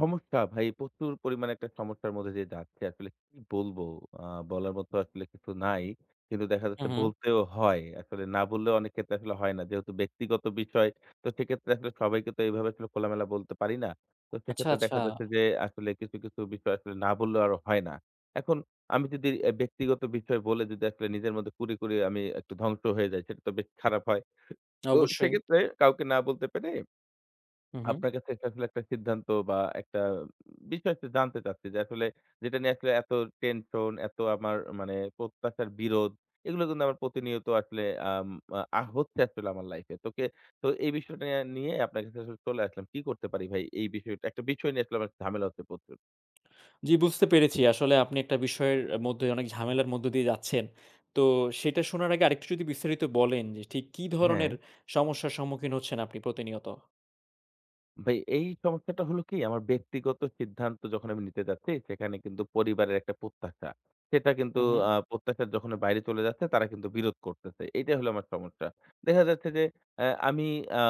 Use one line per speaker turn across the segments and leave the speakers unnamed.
সমস্যা ভাই প্রচুর পরিমাণে একটা সমস্যার মধ্যে দিয়ে যাচ্ছি। আসলে কি বলবো? আ বলার মতো আসলে কিছু নাই। কিন্তু দেখা যাচ্ছে
হুম, হুম।
বলতেও হয়। আসলে না বললেও অনেক ক্ষেত্রে আসলে হয় না। যেহেতু ব্যক্তিগত বিষয়, তো সেক্ষেত্রে আসলে সবাইকে তো এইভাবে আসলে খোলামেলা বলতে পারি না। তো
আচ্ছা,
সেক্ষেত্রে দেখা
আচ্ছা।
যাচ্ছে যে আসলে কিছু বিষয় আসলে না বললেও আর হয় না। এখন আমি যদি এ ব্যক্তিগত বিষয় বলে যদি আসলে নিজের মধ্যে কুড়ে আমি একটু ধ্বংস হয়ে যাই, সেটা তো বেশ খারাপ হয়। তো
অবশ্যই।
সেক্ষেত্রে কাউকে না বলতে পেরে
হুম, হুম।
আপনার কাছে এটা আসলে একটা সিদ্ধান্ত বা একটা বিষয় আসলে জানতে চাচ্ছি যে আসলে যেটা নিয়ে আসলে এত টেনশন, এত আমার মানে প্রত্যাশার বিরোধ এগুলো কিন্তু আমার প্রতিনিয়ত আসলে আম হচ্ছে আসলে আমার লাইফে। তোকে তো এই বিষয়টা নিয়ে নিয়ে আপনার কাছে আসলে চলে আসলাম। কি করতে পারি ভাই এই বিষয়টা? একটা বিষয় নিয়ে আসলে আমার ঝামেলা হচ্ছে প্রচুর।
জি, বুঝতে পেরেছি। আসলে আপনি একটা বিষয়ের মধ্যে অনেক ঝামেলার মধ্য দিয়ে যাচ্ছেন। তো সেটা শোনার আগে আরেকটু যদি বিস্তারিত বলেন যে ঠিক কি
হ্যাঁ।
ধরনের সমস্যার সম্মুখীন হচ্ছেন আপনি প্রতিনিয়ত?
ভাই এই সমস্যাটা হলো কি আমার ব্যক্তিগত সিদ্ধান্ত যখন আমি নিতে যাচ্ছি সেখানে কিন্তু পরিবারের একটা প্রত্যাশা। সেটা কিন্তু
হুম, হুম।
প্রত্যাশার যখন বাইরে চলে যাচ্ছে তারা কিন্তু বিরোধ করতেছে। এইটাই হলো আমার সমস্যা। দেখা যাচ্ছে যে আমি আ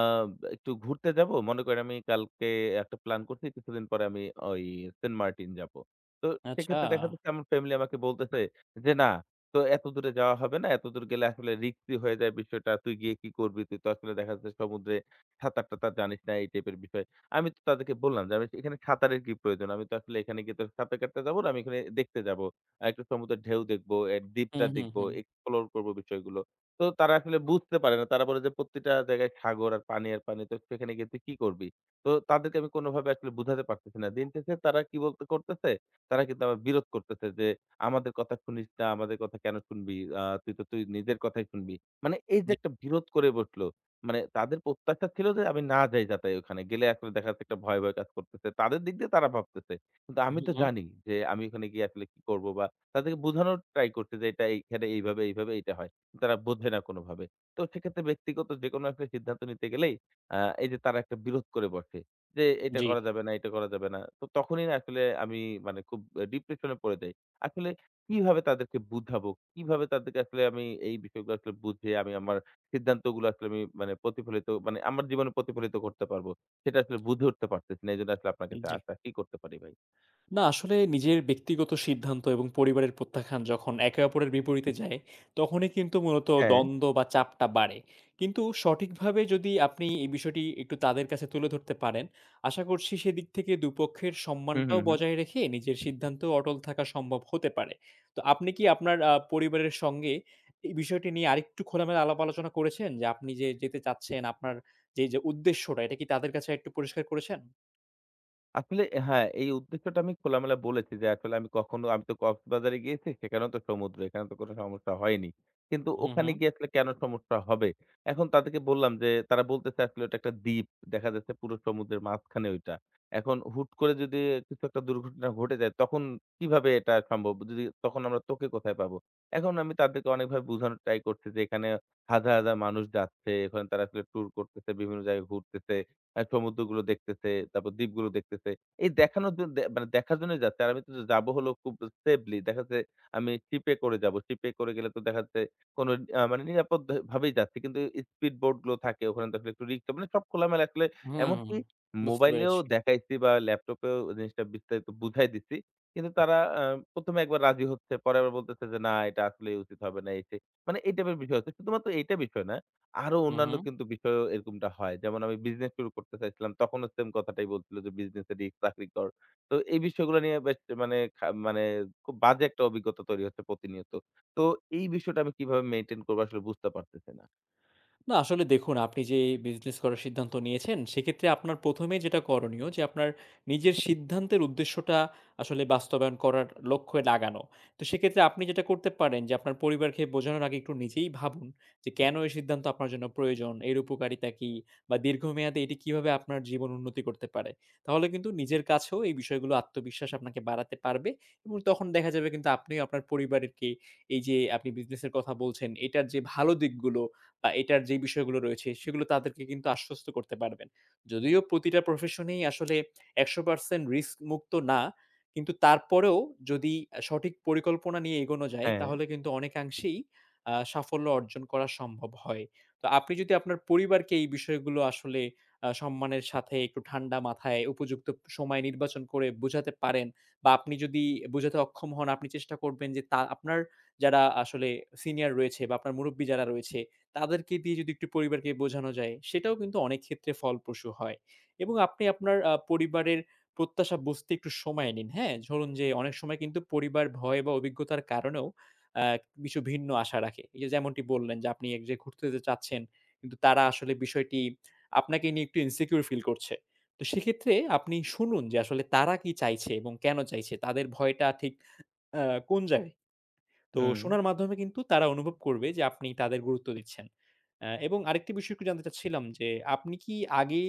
একটু ঘুরতে যাবো। মনে করেন আমি কালকে একটা প্ল্যান করছি কিছুদিন পরে আমি ওই সেন্ট মার্টিন যাবো। তো
আচ্ছা।
সেক্ষেত্রে দেখা যাচ্ছে আমার ফ্যামিলি আমাকে বলতেছে যে, "না, তো এত দূরে যাওয়া হবে না। এত দূর গেলে আসলে রিস্কি হয়ে যায় বিষয়টা। তুই গিয়ে কি করবি? তুই তো আসলে দেখা যাচ্ছে সমুদ্রে সাঁতার-টাতার জানিস না এই টাইপের বিষয়। আমি তো তাদেরকে বললাম যে, "আমি এখানে সাঁতারের কি প্রয়োজন? আমি তো আসলে এখানে গিয়ে তো সাঁতার কাটতে যাবো না। আমি এখানে দেখতে যাবো। একটু সমুদ্রের ঢেউ দেখবো, এর দ্বীপটা
হুম, হুম,
দেখবো,
হুম।
এক্সপ্লোর করবো বিষয়গুলো।" তো তারা আসলে বুঝতে পারে না। তারা বলে যে, "প্রত্যেকটা জায়গায় সাগর আর পানি আর পানি। তো সেখানে গিয়ে তুই কি করবি?" তো তাদেরকে আমি কোনোভাবে আসলে বুঝাতে পারতেছি না। দিন শেষে তারা কি বলতে করতেছে? তারা কিন্তু আমার বিরোধ করতেছে যে, "আমাদের কথা শুনিস না। আমাদের কথা কেন শুনবি? তুই তো তুই নিজের কথাই শুনবি।" মানে এই যে
জি।
একটা বিরোধ করে বসলো। মানে তাদের প্রত্যাশা ছিল যে আমি না যাই যাতে ওখানে। গেলে আসলে দেখা যাচ্ছে একটা ভয় কাজ করতেছে। তাদের দিক দিয়ে তারা ভাবতেছে। কিন্তু আমি
হুম,
তো
হুম।
জানি যে আমি ওখানে গিয়ে আসলে কি করব বা তাদেরকে বোঝানোর ট্রাই করছি যে এটা এইখানে এইভাবে এইটা হয়। কিন্তু তারা বোঝে না কোনোভাবে। তো সেক্ষেত্রে ব্যক্তিগত যেকোনো একটা সিদ্ধান্ত নিতে গেলেই আ এই যে তারা একটা বিরোধ করে বসে। যে এটা
জি,
করা যাবে না, এটা করা যাবে না। তো তখনই না আসলে আমি মানে খুব ডিপ্রেশন এ পড়ে যাই। আসলে কিভাবে তাদেরকে বুঝাবো? কিভাবে তাদেরকে আসলে আমি এই বিষয়গুলো আসলে বুঝিয়ে আমি আমার সিদ্ধান্তগুলো আসলে আমি মানে প্রতিফলিত মানে আমার জীবনে প্রতিফলিত করতে পারব। সেটা আসলে বুঝে উঠতে পারতেছি না। এজন্য আসলে আপনার কাছে
জি।
আসা। কি করতে পারি ভাই?
না আসলে নিজের ব্যক্তিগত সিদ্ধান্ত এবং পরিবারের প্রত্যাখ্যান যখন একে অপরের বিপরীতে যায়, তখনই কিন্তু মূলত
হ্যাঁ।
দ্বন্দ্ব বা চাপটা বাড়ে। কিন্তু সঠিকভাবে যদি আপনি এই বিষয়টি একটু তাদের কাছে তুলে ধরতে পারেন, আশা করছি সেদিক থেকে দুপক্ষের
হু, হু,
সম্মানটাও
হু।
বজায় রেখে নিজের সিদ্ধান্তেও অটল থাকা সম্ভব হতে পারে। তো আপনি কি আপনার পরিবারের সঙ্গে এই বিষয়টি নিয়ে আরেকটু খোলামেলা আলাপ আলোচনা করেছেন? যে আপনি যে যেতে চাচ্ছেন, আপনার যে উদ্দেশ্যটা এটা কি তাদের কাছে একটু পরিষ্কার করেছেন?
আসলে হ্যাঁ, এই উদ্দেশ্যটা আমি খোলামেলা বলেছি যে, আসলে আমি কখনো আমি তো কক্সবাজারে গিয়েছি, সেখানেও তো সমুদ্র। এখানে তো কোনো সমস্যা হয়নি। কিন্তু
হুম,
ওখানে
হুম।
গিয়ে আসলে কেন সমস্যা হবে? এখন তাদেরকে বললাম যে, তারা বলতেছে আসলে ওটা একটা দ্বীপ। দেখা যাচ্ছে পুরো সমুদ্রের মাঝখানে ওইটা। এখন হুট করে যদি কিছু একটা দুর্ঘটনা ঘটে যায়, তখন কিভাবে এটা সম্ভব? যদি তখন আমরা তোকে কোথায় পাবো? এখন আমি তাদেরকে অনেকভাবে বোঝানোর ট্রাই করছি যে, এখানে হাজার মানুষ যাচ্ছে। এখানে তারা আসলে ট্যুর করতেছে, বিভিন্ন জায়গায় ঘুরতেছে। সমুদ্রগুলো দেখতেছে, তারপর দ্বীপগুলো দেখতেছে। এই দেখানোর জন দে মানে দেখার জন্যই যাচ্ছে। আর আমি তো যাবো হলো খুব সেফলি। দেখা যাচ্ছে আমি শিপে করে যাবো। শিপে করে গেলে তো দেখা যাচ্ছে কোনো মানে নিরাপদ ভাবেই যাচ্ছি। কিন্তু স্পিড বোট গুলো থাকে ওখানে তো আসলে একটু রিস্ক মানে সব খোলামেলা আসলে
হুম, হুম।
এমনকি
বুঝতে
মোবাইলেও
পেরেছি।
দেখাইছি বা ল্যাপটপেও জিনিসটা বিস্তারিত বুঝাই দিচ্ছি। কিন্তু তারা ১ম এ একবার রাজি হচ্ছে। পরে আবার বলতেছে যে, "না এটা আসলেই উচিত হবে না" এই সেই। মানে এই টাইপের বিষয় হচ্ছে। শুধুমাত্র এইটা বিষয় না। আরো
হুম,
অন্যান্য
হুম।
কিন্তু বিষয়েও এরকমটা হয়। যেমন আমি বিজনেস শুরু করতে চাইছিলাম। তখনও সেম কথাটাই বলছিল যে, "বিজনেস এ রিস্ক, চাকরি কর।" তো এই বিষয়গুলো নিয়ে বেশ মানে খুব বাজে একটা অভিজ্ঞতা তৈরি হচ্ছে প্রতিনিয়ত। তো এই বিষয়টা আমি কিভাবে মেইনটেইন করব আসলে বুঝতে পারতেছি না।
না আসলে দেখুন আপনি যে বিজনেস করার সিদ্ধান্ত নিয়েছেন, সেক্ষেত্রে আপনার ১ম এ যেটা করণীয় যে আপনার নিজের সিদ্ধান্তের উদ্দেশ্যটা আসলে বাস্তবায়ন করার লক্ষ্যে লাগানো। তো সেক্ষেত্রে আপনি যেটা করতে পারেন যে আপনার পরিবারকে বোঝানোর আগে একটু নিজেই ভাবুন যে কেন এই সিদ্ধান্ত আপনার জন্য প্রয়োজন, এর উপকারিতা কি বা দীর্ঘমেয়াদে এটি কিভাবে আপনার জীবন উন্নতি করতে পারে। তাহলে কিন্তু নিজের কাছেও এই বিষয়গুলো আত্মবিশ্বাস আপনাকে বাড়াতে পারবে এবং তখন দেখা যাবে কিন্তু আপনিও আপনার পরিবারকে এই যে আপনি বিজনেসের কথা বলছেন, এটার যে ভালো দিকগুলো বা এটার যে বিষয়গুলো রয়েছে সেগুলো তাদেরকে কিন্তু আশ্বস্ত করতে পারবেন। যদিও প্রতিটা প্রফেশনেই আসলে ১০০% রিস্ক মুক্ত না। কিন্তু তারপরেও যদি সঠিক পরিকল্পনা নিয়ে এগোনো যায়
হ্যাঁ,
তাহলে কিন্তু অনেকাংশেই সাফল্য অর্জন করা সম্ভব হয়। তো আপনি যদি আপনার পরিবারকে এই বিষয়গুলো আসলে সম্মানের সাথে একটু ঠান্ডা মাথায় উপযুক্ত সময় নির্বাচন করে বোঝাতে পারেন বা আপনি যদি বোঝাতে অক্ষম হন আপনি চেষ্টা করবেন যে তা আপনার যারা আসলে সিনিয়র রয়েছে বা আপনার মুরুব্বি যারা রয়েছে তাদেরকে দিয়ে যদি একটু পরিবারকে বোঝানো যায়, সেটাও কিন্তু অনেক ক্ষেত্রে ফলপ্রসূ হয়। এবং আপনি আপনার পরিবারের প্রত্যাশা বুঝতে একটু সময় নিন, হ্যাঁ? ধরুন যে অনেক সময় কিন্তু পরিবার ভয় বা অভিজ্ঞতার কারণেও আ কিছু ভিন্ন আশা রাখে। এই যে যেমনটি বললেন যে আপনি এক জায়গায় ঘুরতে যেতে চাচ্ছেন, কিন্তু তারা আসলে বিষয়টি আপনাকে নিয়ে একটু insecure ফিল করছে। তো সেক্ষেত্রে আপনি শুনুন যে আসলে তারা কি চাইছে এবং কেন চাইছে? তাদের ভয়টা ঠিক আ কোন জায়গায়? তো
হুম।
শোনার মাধ্যমে কিন্তু তারা অনুভব করবে যে আপনি তাদের গুরুত্ব দিচ্ছেন। এবং আরেকটি বিষয় একটু জানতে চাচ্ছিলাম যে আপনি কি আগে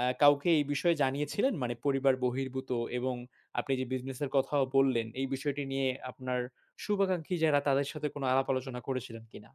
কাউকে এই বিষয়ে জানিয়েছিলেন? মানে পরিবার বহির্ভূত এবং আপনি যে বিজনেসের কথাও বললেন, এই বিষয়টি নিয়ে আপনার শুভাকাঙ্ক্ষী যারা তাদের সাথে কোনো আলাপ আলোচনা করেছিলেন কিনা?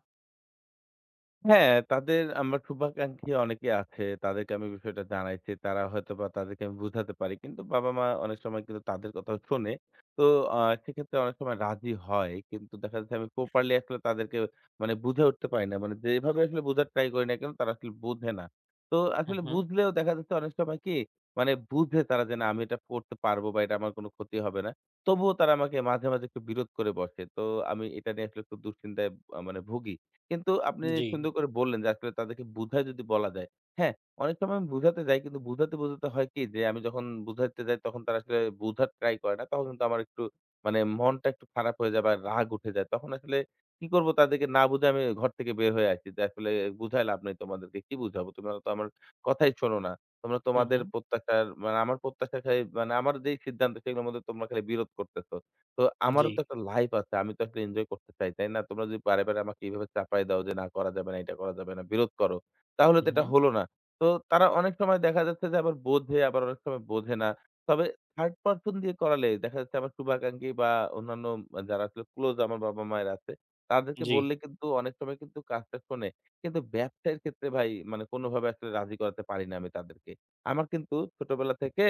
হ্যাঁ, তাদের আমার শুভাকাঙ্ক্ষী অনেকে আছে। তাদেরকে আমি বিষয়টা জানাইছি। তারা হয়তোবা তাদেরকে আমি বুঝাতে পারি। কিন্তু বাবা-মা অনেক সময় কিন্তু তাদের কথাও শোনে। তো আ সেক্ষেত্রে অনেক সময় রাজি হয়। কিন্তু দেখা যাচ্ছে আমি প্রপারলি আসলে তাদেরকে মানে বুঝে উঠতে পারি না। মানে যেভাবে আসলে বোঝার ট্রাই করি না কেন তারা আসলে বোঝে না। তো
হু,
আসলে
হু।
বুঝলেও দেখা যাচ্ছে অনেক সময় কি মানে বুঝে তারা যে না আমি এটা করতে পারবো বা এটা আমার কোনো ক্ষতি হবে না। তবুও তারা আমাকে মাঝে একটু বিরোধ করে বসে। তো আমি এটা নিয়ে আসলে একটু দুশ্চিন্তায় মানে ভুগি। কিন্তু আপনি
জি।
সুন্দর করে বললেন যে আসলে তাদেরকে বুঝায় যদি বলা যায়। হ্যাঁ, অনেক সময় আমি বুঝাতে যাই কিন্তু বুঝাতে হয় কি যে আমি যখন বুঝাতে যাই তখন তারা আসলে বুঝার ট্রাই করে না। তখন কিন্তু আমার একটু মানে মনটা একটু খারাপ হয়ে যায় বা রাগ উঠে যায়। তখন আসলে কি করব তাদেরকে না বুঝে আমি ঘর থেকে বের হয়ে আসি যে আসলে বুঝায় লাভ নাই তোমাদেরকে। কি বুঝাবো? তোমরা তো আমার কথাই শোনো না। তোমরা
হু,
তোমাদের
হু।
প্রত্যাশার মানে আমার প্রত্যাশা খালি মানে আমার যেই সিদ্ধান্ত সেগুলোর মধ্যে তোমরা খালি বিরোধ করতেছ। তো আমারও
জি।
তো একটা লাইফ আছে। আমি তো আসলে এনজয় করতে চাই, তাই না? তোমরা যদি বারে আমাকে এভাবে চাপায় দাও যে, "না করা যাবে না, এটা করা যাবে না," বিরোধ করো। তাহলে
হু,
তো এটা
হু।
হলো না। তো তারা অনেক সময় দেখা যাচ্ছে যে আবার বোঝে, আবার অনেক সময় বোঝে না। তবে থার্ড পারসন দিয়ে করালে দেখা যাচ্ছে আমার শুভাকাঙ্ক্ষী বা অন্যান্য যারা আসলে ক্লোজ আমার বাবা-মায়ের আছে, তাদেরকে
জি।
বললে কিন্তু অনেক সময় কিন্তু কাজটা শোনে। কিন্তু ব্যবসায়ের ক্ষেত্রে ভাই মানে কোনোভাবে আসলে রাজি করাতে পারি না আমি তাদেরকে। আমার কিন্তু ছোটবেলা থেকে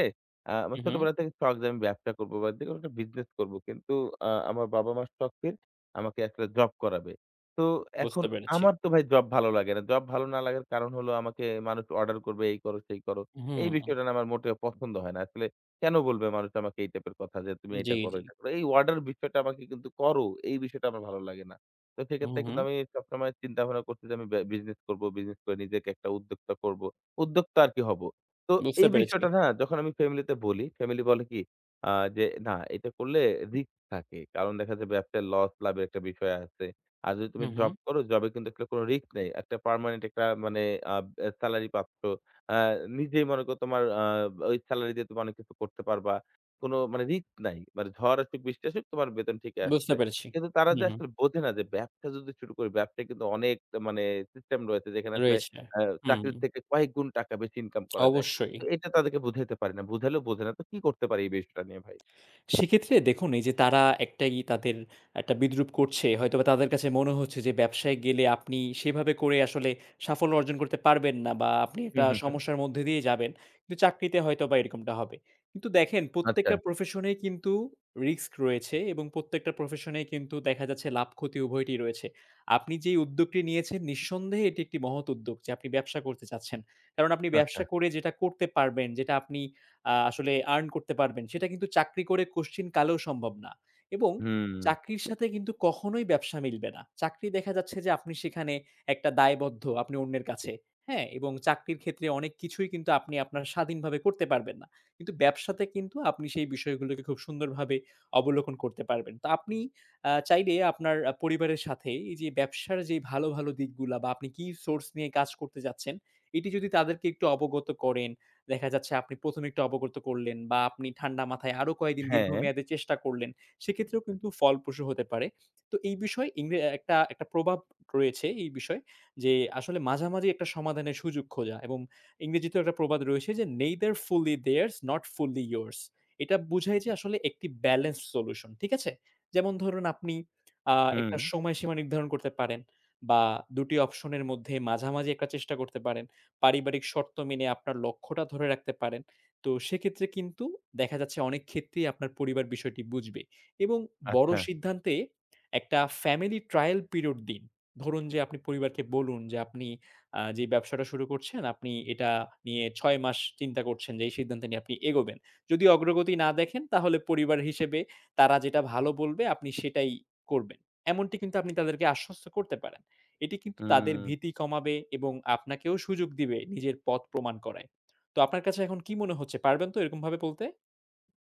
হু, হু।
শখ যে আমি ব্যবসা করব বা যেকোনো একটা বিজনেস করব। কিন্তু আমার বাবা-মার শখের আমাকে একটা জব করাবে। তো এখন
বুঝতে পেরেছি।
আমার তো ভাই জব ভালো লাগে না। জব ভালো না লাগার কারণ হলো আমাকে মানুষ অর্ডার করবে, এই করো, সেই করো। এই
হুম।
বিষয়টা না আমার মোটেও পছন্দ হয় না। আসলে কেন বলবে মানুষ আমাকে এই টাইপের কথা যে, "তুমি এটা
জি,
করো,
জি।
এটা করো।" এই অর্ডার বিষয়টা আমাকে কিন্তু করো, এই বিষয়টা আমার ভালো লাগে না। তো
হু,
সেক্ষেত্রে
হু।
কিন্তু আমি সবসময় চিন্তা ভাবনা করছি যে আমি বিজনেস করব। বিজনেস করে নিজেকে একটা উদ্যোক্তা করব। উদ্যোক্তা আরকি হব। তো
বুঝতে
এই
পেরেছি।
বিষয়টা না যখন আমি ফ্যামিলিতে বলি, ফ্যামিলি বলে কি আ যে, "না, এটা করলে রিস্ক থাকে।" কারণ দেখা যায় ব্যবসায় লস লাভের একটা বিষয় আছে। আর যদি
হু,
তুমি
হু।
জব করো, জবে কিন্তু একটা কোনো রিস্ক নেই। একটা পার্মানেন্ট একটা মানে আ এ সেলারি পাচ্ছ। আ নিজেই মনে করো তোমার ওই সেলারি দিয়ে তুমি অনেক কিছু করতে পারবা। কোনো মানে রিস্ক নাই। মানে ঝড় আসুক, বৃষ্টি আসুক তোমার বেতন ঠিকই
বুঝতে
আসতেছে।
পেরেছি।
কিন্তু তারা
হু,
যে
হু।
আসলে বোঝে না যে ব্যবসা যদি শুরু করি, ব্যবসায় কিন্তু অনেক মানে সিস্টেম রয়েছে যেখানে আসলে
রয়েছে।
আ
হুম।
চাকরির থেকে কয়েক গুণ টাকা বেশি ইনকাম করা যায়।
অবশ্যই।
তো এটা তাদেরকে বুঝাইতে পারি না। বুঝাইলেও বোঝে না। তো কি করতে পারি এই বিষয়টা নিয়ে ভাই?
সেক্ষেত্রে দেখুন এই যে তারা একটাই তাদের একটা বিদ্রূপ করছে। হয়তোবা তাদের কাছে মনে হচ্ছে যে ব্যবসায় গেলে আপনি সেভাবে করে আসলে সাফল্য অর্জন করতে পারবেন না বা আপনি
হুম,
একটা
হুম, হুম।
সমস্যার মধ্যে দিয়ে যাবেন। কিন্তু চাকরিতে হয়তোবা এরকমটা হবে। কিন্তু দেখেন
আচ্ছা,
প্রত্যেকটা প্রফেশনেই কিন্তু রিস্ক রয়েছে এবং প্রত্যেকটা প্রফেশনেই কিন্তু দেখা যাচ্ছে লাভ ক্ষতি উভয়টি রয়েছে। আপনি যেই উদ্যোগটি নিয়েছেন নিঃসন্দেহে এটি একটি মহৎ উদ্যোগ যে আপনি ব্যবসা করতে চাচ্ছেন। কারণ আপনি
আচ্ছা।
ব্যবসা করে যেটা করতে পারবেন, যেটা আপনি আসলে আর্ন করতে পারবেন। সেটা কিন্তু চাকরি করে কশ্চিন কালেও সম্ভব না। এবং
হুম।
চাকরির সাথে কিন্তু কখনোই ব্যবসা মিলবে না। চাকরি দেখা যাচ্ছে যে আপনি সেখানে একটা দায়বদ্ধ আপনি অন্যের কাছে। হ্যাঁ? এবং চাকরির ক্ষেত্রে অনেক কিছুই কিন্তু আপনি আপনার স্বাধীনভাবে করতে পারবেন না। কিন্তু ব্যবসাতে কিন্তু আপনি সেই বিষয়গুলোকে খুব সুন্দরভাবে অবলোকন করতে পারবেন। তো আপনি চাইলে আপনার পরিবারের সাথে এই যে ব্যবসার যে ভালো, ভালো দিকগুলা বা আপনি কি সোর্স নিয়ে কাজ করতে যাচ্ছেন, এটি যদি তাদেরকে একটু অবগত করেন দেখা যাচ্ছে আপনি ১ম এ একটু অবগত করলেন বা আপনি ঠান্ডা মাথায় আরো কয়েকদিন
হ্যাঁ,
দীর্ঘমেয়াদে চেষ্টা করলেন। সেক্ষেত্রেও কিন্তু ফলপ্রসূ হতে পারে। তো এই বিষয়ে একটা একটা প্রভাব রয়েছে এই বিষয়ে যে আসলে মাঝামাঝি একটা সমাধানের সুযোগ খোঁজা এবং ইংরেজিতেও একটা প্রবাদ রয়েছে যে neither fully theirs not fully yours। এটা বুঝায় যে আসলে একটি ব্যালেন্সড সলিউশন, ঠিক আছে? যেমন ধরুন আপনি
হুম।
একটা সময়সীমা নির্ধারণ করতে পারেন বা ২ টি অপশন এর মধ্যে মাঝামাঝি একটা চেষ্টা করতে পারেন। পারিবারিক শর্ত মেনে আপনার লক্ষ্যটা ধরে রাখতে পারেন, তো সেক্ষেত্রে কিন্তু দেখা যাচ্ছে অনেক ক্ষেত্রেই আপনার পরিবার বিষয়টি বুঝবে এবং বড়
আচ্ছা।
সিদ্ধান্তে একটা ফ্যামিলি ট্রায়াল পিরিয়ড দিন। ধরুন যে আপনি পরিবারকে বলুন যে আপনি যে ব্যবসাটা শুরু করছেন, আপনি এটা নিয়ে ৬ মাস চিন্তা করছেন যে এই সিদ্ধান্ত নিয়ে আপনি এগোবেন। যদি অগ্রগতি না দেখেন তাহলে পরিবার হিসেবে তারা যেটা ভালো বলবে আপনি সেটাই করবেন। এমনটি কিন্তু আপনি তাদেরকে আশ্বস্ত করতে পারেন। এটি কিন্তু তাদের
হুম।
ভীতি কমাবে এবং আপনাকেও সুযোগ দিবে নিজের পথ প্রমাণ করায়। তো আপনার কাছে এখন কি মনে হচ্ছে? পারবেন তো এরকমভাবে বলতে?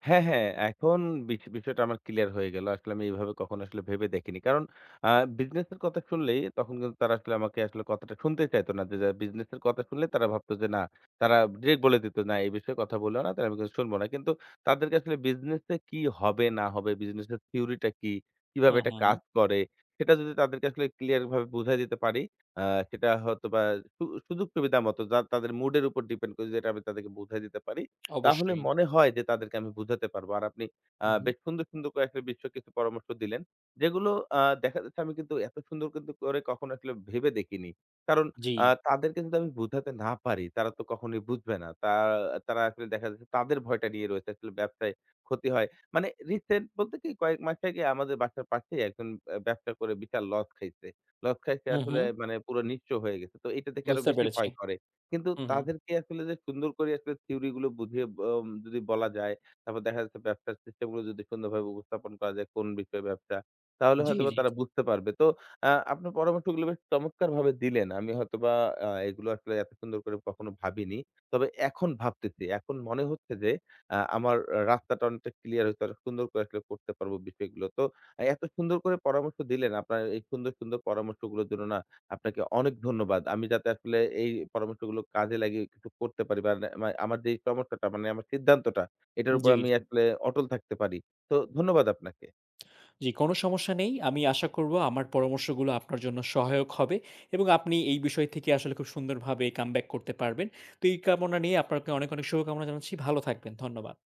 হ্যাঁ, হ্যাঁ। এখন বিষয়টা আমার ক্লিয়ার হয়ে গেল। আসলে আমি এভাবে কখনো আসলে ভেবে দেখিনি। কারণ আ বিজনেস এর কথা শুনলেই তখন কিন্তু তারা আসলে আমাকে আসলে কথাটা শুনতেই চাইতো না। যে যার বিজনেস এর কথা শুনলে তারা ভাবতো যে না, তারা ডিরেক্ট বলে দিত, "না, এই বিষয়ে কথা বলিও না, তাহলে আমি কিন্তু শুনবো না।" কিন্তু তাদেরকে আসলে বিজনেস এ কি হবে না হবে, বিজনেস এর থিওরিটা কি, কিভাবে
হুম,
এটা
হুম।
কাজ করে, সেটা যদি তাদেরকে আসলে ক্লিয়ার ভাবে বুঝায় দিতে পারি, আ সেটা হয়তোবা সুযোগ-সুবিধা মতো যা তাদের মুড এর উপর ডিপেন্ড করে যেটা আমি তাদেরকে বুঝায় দিতে পারি, তাহলে
অবশ্যই।
মনে হয় যে তাদেরকে আমি বুঝাতে পারবো। আর আপনি
হুম, হুম।
বেশ সুন্দর কয়েকটা বিষয় কিছু পরামর্শ দিলেন। যেগুলো দেখা যাচ্ছে আমি কিন্তু এত সুন্দর কিন্তু করে কখনো আসলে ভেবে দেখিনি। কারণ
জি।
তাদেরকে যদি আমি বুঝাতে না পারি, তারা তো কখনোই বুঝবে না। তা তারা আসলে দেখা যাচ্ছে তাদের ভয়টা নিয়ে রয়েছে। আসলে ব্যবসায় ক্ষতি হয়। মানে রিসেন্ট বলতে কি কয়েক মাস আগে আমাদের বাসার পাশেই একজন ব্যবসা করে বিশাল লস খাইছে। লস খাইছে
হুম,
আসলে
হুম।
মানে পুরো নিঃস্ব হয়ে গেছে। তো এটা দেখে আরো
বুঝতে
বেশি
পেরেছি।
ভয় করে। কিন্তু
হুম, হুম।
তাদেরকে আসলে যে সুন্দর করে আসলে থিওরি গুলো বুঝিয়ে ব অম যদি বলা যায়, তারপর দেখা যাচ্ছে ব্যবসার সিস্টেম গুলো যদি সুন্দরভাবে উপস্থাপন করা যায়, কোন বিষয়ে ব্যবসা, তাহলে
জি,
হয়তোবা
জি,
তারা
জি।
বুঝতে পারবে। তো আপনার পরামর্শগুলো বেশ চমৎকারভাবে দিলেন। আমি হয়তোবা এগুলো আসলে এত সুন্দর করে কখনো ভাবিনি। তবে এখন ভাবতেছি। এখন মনে হচ্ছে যে আমার রাস্তাটা অনেকটা ক্লিয়ার হয়েছে। আরো সুন্দর করে আসলে করতে পারবো বিষয়গুলো। তো আহ, এত সুন্দর করে পরামর্শ দিলেন। আপনার এই সুন্দর পরামর্শগুলোর জন্য না আপনাকে অনেক ধন্যবাদ। আমি যাতে আসলে এই পরামর্শগুলো কাজে লাগিয়ে কিছু করতে পারি বা না মা আমার যে সমস্যাটা মানে আমার সিদ্ধান্তটা, এটার উপর
জি,
আমি
জি।
আসলে অটল থাকতে পারি। তো ধন্যবাদ আপনাকে।
জি, কোনো সমস্যা নেই। আমি আশা করব আমার পরামর্শগুলো আপনার জন্য সহায়ক হবে এবং আপনি এই বিষয় থেকে আসলে খুব সুন্দরভাবে কামব্যাক করতে পারবেন। তো এই কামনা নিয়ে আপনাকে অনেক, অনেক শুভকামনা জানাচ্ছি। ভালো থাকবেন। ধন্যবাদ।